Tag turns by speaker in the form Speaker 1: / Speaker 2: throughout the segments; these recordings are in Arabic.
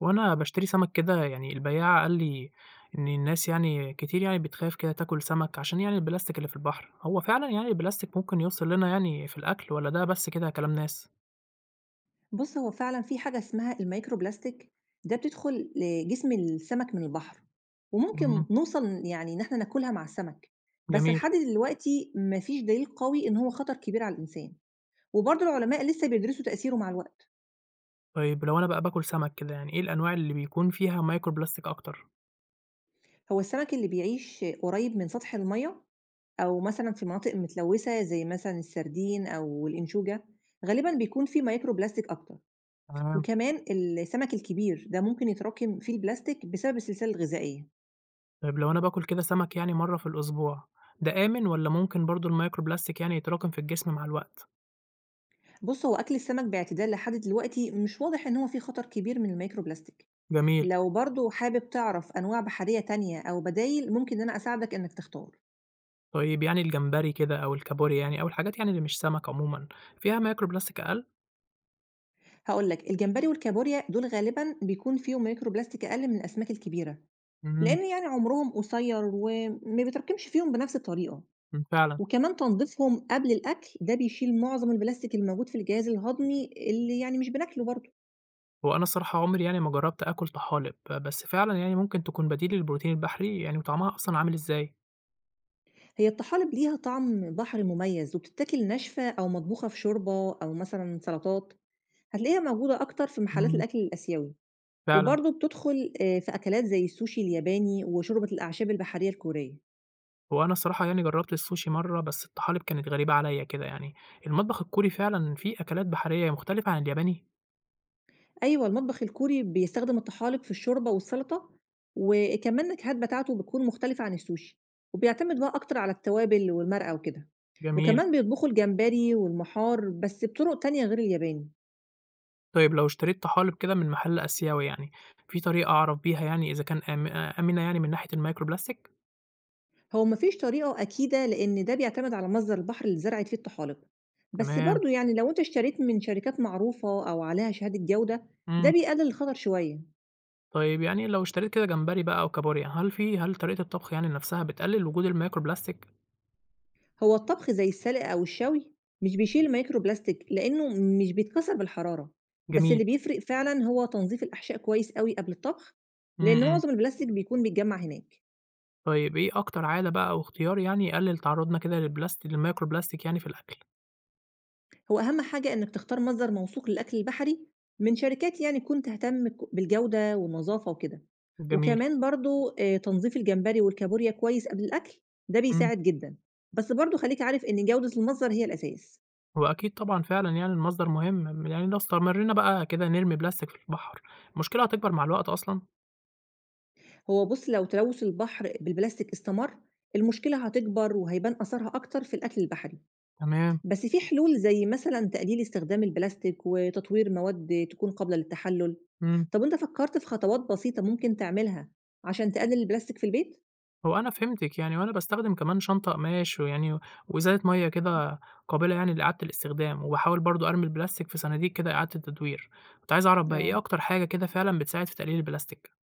Speaker 1: وأنا باشتري سمك كده يعني البياع قال لي إن الناس يعني كتير يعني بتخاف كده تاكل سمك عشان يعني البلاستيك اللي في البحر، هو فعلًا يعني البلاستيك ممكن يوصل لنا يعني في الأكل والّا ده بس كده كلام ناس؟
Speaker 2: بُص، هو فعلًا في حاجة اسمها الmicroplastic ده بتدخل لجسم السمك من البحر، وممكن
Speaker 1: إمم،
Speaker 2: نوصل يعني إن إحنا ناكلها مع السمك، بس
Speaker 1: جميل،
Speaker 2: لحد دلوقتي ما فيش دليل قوي إن هو خطر كبير على الإنسان، وبرضه العلماء لسه بيدرسوا تأثيره مع الوقت.
Speaker 1: طيب لو أنا بقى باكل سمك كده يعني إيه الأنواع اللي بيكون فيها مايكرو بلاستيك أكتر؟
Speaker 2: هو السمك اللي بيعيش قريب من سطح المَيّة أو مثلًا في مناطق متلوثة زي مثلًا السردين أو الأنشوجة، غالبًا بيكون فيه microplastic أكتر،
Speaker 1: تمام،
Speaker 2: وكمان السمك الكبير ده ممكن يتراكم فيه البلاستيك بسبب السلسلة الغذائية.
Speaker 1: طيب لو أنا باكل كده سمك يعني مرة في الأسبوع، ده آمن والّا ممكن برضه المايكرو بلاستيك يعني يتراكم في الجسم مع الوقت؟
Speaker 2: بُص، هو أكل السمك باعتدال لحد دلوقتي مش واضح إن هو فيه خطر كبير من الميكرو بلاستيك،
Speaker 1: جميل،
Speaker 2: لو برضه حابب تعرف أنواع بحرية تانية أو بدايل ممكن إن أنا أساعدك إنك تختار،
Speaker 1: طيب يعني الجمبري كده أو الكابوريا يعني أو الحاجات يعني اللي مش سمك عمومًا، فيها مايكرو بلاستيك أقل؟
Speaker 2: هاقول لك الجمبري والكابوريا دول غالبًا بيكون فيهم ميكرو بلاستيك أقل من الأسماك الكبيرة،
Speaker 1: إمم.
Speaker 2: لأن يعني عمرهم قصير وما بيتراكمش فيهم بنفس الطريقة،
Speaker 1: إمم، فعلًا،
Speaker 2: وكمان تنضيفهم قبل الأكل ده بيشيل معظم البلاستيك الموجود في الجهاز الهضمي اللي يعني مش بناكله برضه.
Speaker 1: هو أنا الصراحة عمري يعني ما جرّبت آكل طحالب، بس فعلًا يعني ممكن تكون بديل للبروتين البحري، يعني وطعمها أصلًا عامل إزاي؟
Speaker 2: هي الطحالب ليها طعم بحري مميز وبتتاكل ناشفة أو مطبوخة في شوربة أو مثلا سلطات، هتلاقيها موجودة أكتر في محلات
Speaker 1: إمم،
Speaker 2: الأكل الآسيوي،
Speaker 1: فعلًا،
Speaker 2: وبرضه بتدخل في أكلات زي السوشي الياباني وشوربة الأعشاب البحرية الكورية.
Speaker 1: هو أنا الصراحة يعني جرّبت السوشي مرّة، بس الطحالب كانت غريبة عليّا كده يعني، المطبخ الكوري فعلًا فيه أكلات بحرية مختلفة عن الياباني؟
Speaker 2: أيوة المطبخ الكوري بيستخدم الطحالب في الشوربة والسلطة، وكمان النكهات بتاعته بتكون مختلفة عن السوشي، وبيعتمد بقى أكتر على التوابل والمرقة وكده،
Speaker 1: جميل،
Speaker 2: وكمان بيطبخوا الجمبري والمحار بس بطرق تانية غير الياباني.
Speaker 1: طيب لو اشتريت طحالب كده من محل آسيوي يعني، في طريقة أعرف بيها يعني إذا كان آمنة يعني من ناحية المايكرو بلاستيك؟
Speaker 2: هو مفيش طريقة أكيدة لأن ده بيعتمد على مصدر البحر اللي زرعت فيه الطحالب، بس
Speaker 1: تمام،
Speaker 2: برضو يعني لو أنت اشتريت من شركات معروفة أو عليها شهادة جودة، ده
Speaker 1: إمم،
Speaker 2: بيقلل الخطر شوية.
Speaker 1: طيب يعني لو اشتريت كده جمبري بقى أو كابوريا، هل طريقة الطبخ يعني نفْسها بتقلل وجود المايكرو بلاستيك؟
Speaker 2: هو الطبخ زي السلق أو الشوي مش بيشيل مايكرو بلاستيك لأنه مش بيتكسر بالحرارة، بس
Speaker 1: جميل،
Speaker 2: اللي بيفرق فعلا هو تنظيف الأحشاء كويس قوي قبل الطبخ،
Speaker 1: إمم،
Speaker 2: لأن
Speaker 1: إمم.
Speaker 2: معظم البلاستيك بيكون بيتجمع هناك.
Speaker 1: طيب إيه أكتر عادة بقى أو اختيار يعني يقلل تعرُّضنا كده للمايكرو بلاستيك يعني في الأكل؟
Speaker 2: هو أهم حاجة إنك تختار مصدر موثوق للأكل البحري من شركات يعني تكون تهتم بالجودة والنظافة وكده،
Speaker 1: جميل،
Speaker 2: وكمان برضو تنظيف الجمبري والكابوريا كويس قبل الأكل ده
Speaker 1: إمم.
Speaker 2: بيساعد جدا، بس برضو خليك عارف إن جودة المصدر هي الأساس.
Speaker 1: هو أكيد طبعًا فعلًا يعني المصدر مهم، يعني لو استمرينا بقى كده نرمي بلاستيك في البحر، المشكلة هتكبر مع الوقت أصلًا.
Speaker 2: هو بص لو تلوث البحر بالبلاستيك استمر، المشكلة هتكبر وهيبان أثرها أكتر في الأكل البحري،
Speaker 1: تمام،
Speaker 2: بس في حلول زي مثلًا تقليل استخدام البلاستيك وتطوير مواد تكون قابلة للتحلل.
Speaker 1: إمم.
Speaker 2: طب أنت فكرت في خطوات بسيطة ممكن تعملها عشان تقلل البلاستيك في البيت؟
Speaker 1: هو أنا فهمتِك يعني وأنا باستخدم كمان شنطة قماش ويعني وإزازة مَيّة كده قابلة يعني لإعادة الاستخدام، وباحاول برضه أرمي البلاستيك في صناديق كده إعادة التدوير. كنت عايز أعرف بقى إيه
Speaker 2: اه،
Speaker 1: أكتر حاجة كده فعلًا بتساعد في تقليل البلاستيك؟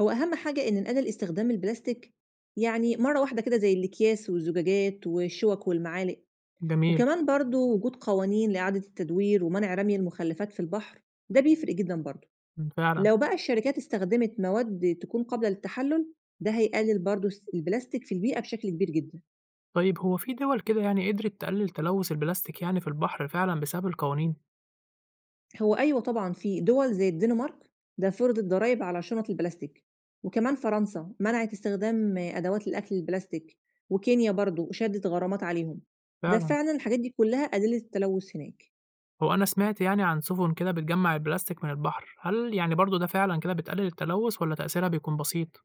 Speaker 2: هو أهم حاجة إن نقلل استخدام البلاستيك يعني مرة واحدة كده زي الأكياس والزجاجات والشوك والمعالق،
Speaker 1: جميل،
Speaker 2: وكمان برضو وجود قوانين لإعادة التدوير ومنع رمي المخلفات في البحر ده بيفرق جدا برضو.
Speaker 1: إمم، فعلًا.
Speaker 2: لو بقى الشركات استخدمت مواد تكون قابلة للتحلل، ده هيقلل برضو البلاستيك في البيئة بشكل كبير جدا.
Speaker 1: طيب هو في دول كده يعني قدرت تقلل تلوث البلاستيك يعني في البحر فعلا بسبب القوانين؟
Speaker 2: هو أيوه طبعًا في دول زي الدنمارك ده فرضت ضرايب على شنط البلاستيك، وكمان فرنسا منعت استخدام أدوات الأكل البلاستيك، وكينيا برضه شدّت غرامات عليهم، ده
Speaker 1: فعلا،
Speaker 2: فعلًا الحاجات دي كلّها قلّلت التلوث هناك.
Speaker 1: هو أنا سمعت يعني عن سفن كده بتجمع البلاستيك من البحر، هل يعني برضو ده فعلا كده بتقلل التلوث ولا تأثيرها بيكون بسيط؟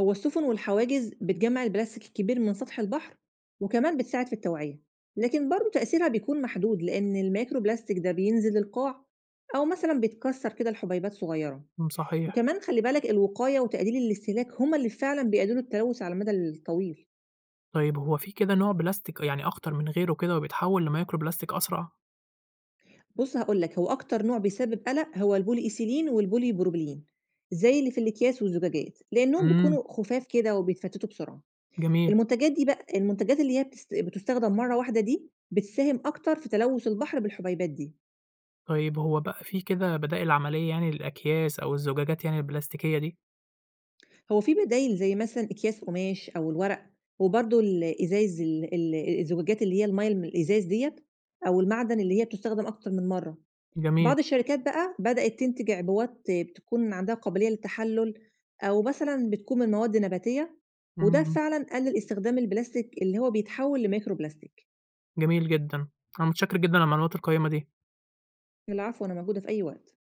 Speaker 2: هو السفن والحواجز بتجمّع البلاستيك الكبير من سطح البحر، وكمان بتساعد في التوعية، لكن برضه تأثيرها بيكون محدود لإن الميكرو بلاستيك ده بينزل القاع أو مثلًا بيتكسّر كده لحُبيبات صغيرة.
Speaker 1: مم، صحيح.
Speaker 2: وكمان خلّي بالك الوقاية وتقليل الاستهلاك هُم اللي فعلًا بيقللوا التلوث على المدى الطويل.
Speaker 1: طيب هو في كده نوع بلاستيك يعني أخطر من غيره كده وبيتحول لميكرو بلاستيك أسرع؟
Speaker 2: بُص هاقول لك، هو أكتر نوع بيسبب قلق هو البولي إيثيلين والبولي بروبيلين، زي اللي في الأكياس والزجاجات، لإنّهم
Speaker 1: امم،
Speaker 2: بيكونوا خُفاف كده وبيتفتتوا بسرعة.
Speaker 1: جميل.
Speaker 2: المنتجات دي بقى المنتجات اللي هي بتُستخدم مرّة واحدة دي، بتساهم أكتر في تلوث البحر بالحبيبات دي.
Speaker 1: طيب هو بقى في كده بدائل عملية يعني للأكياس أو الزجاجات يعني البلاستيكية دي؟
Speaker 2: هو في بدايل زي مثلًا أكياس قماش أو الورق، وبرضه الإزايز ال الزجاجات اللي هي المَيّة الإزاز ديّة أو المعدن اللي هي بتُستخدم أكتر من مرّة.
Speaker 1: جميل.
Speaker 2: بعض الشركات بقى بدأت تنتج عبوات بتكون عندها قابلية للتحلل أو مثلا بتكون من مواد نباتية، وده
Speaker 1: امم.
Speaker 2: فعلا قلل استخدام البلاستيك اللي هو بيتحول لميكرو بلاستيك.
Speaker 1: جميل جدا. أنا متشكر جدا على المعلومات القيمة دي.
Speaker 2: العفو، أنا موجودة في أي وقت.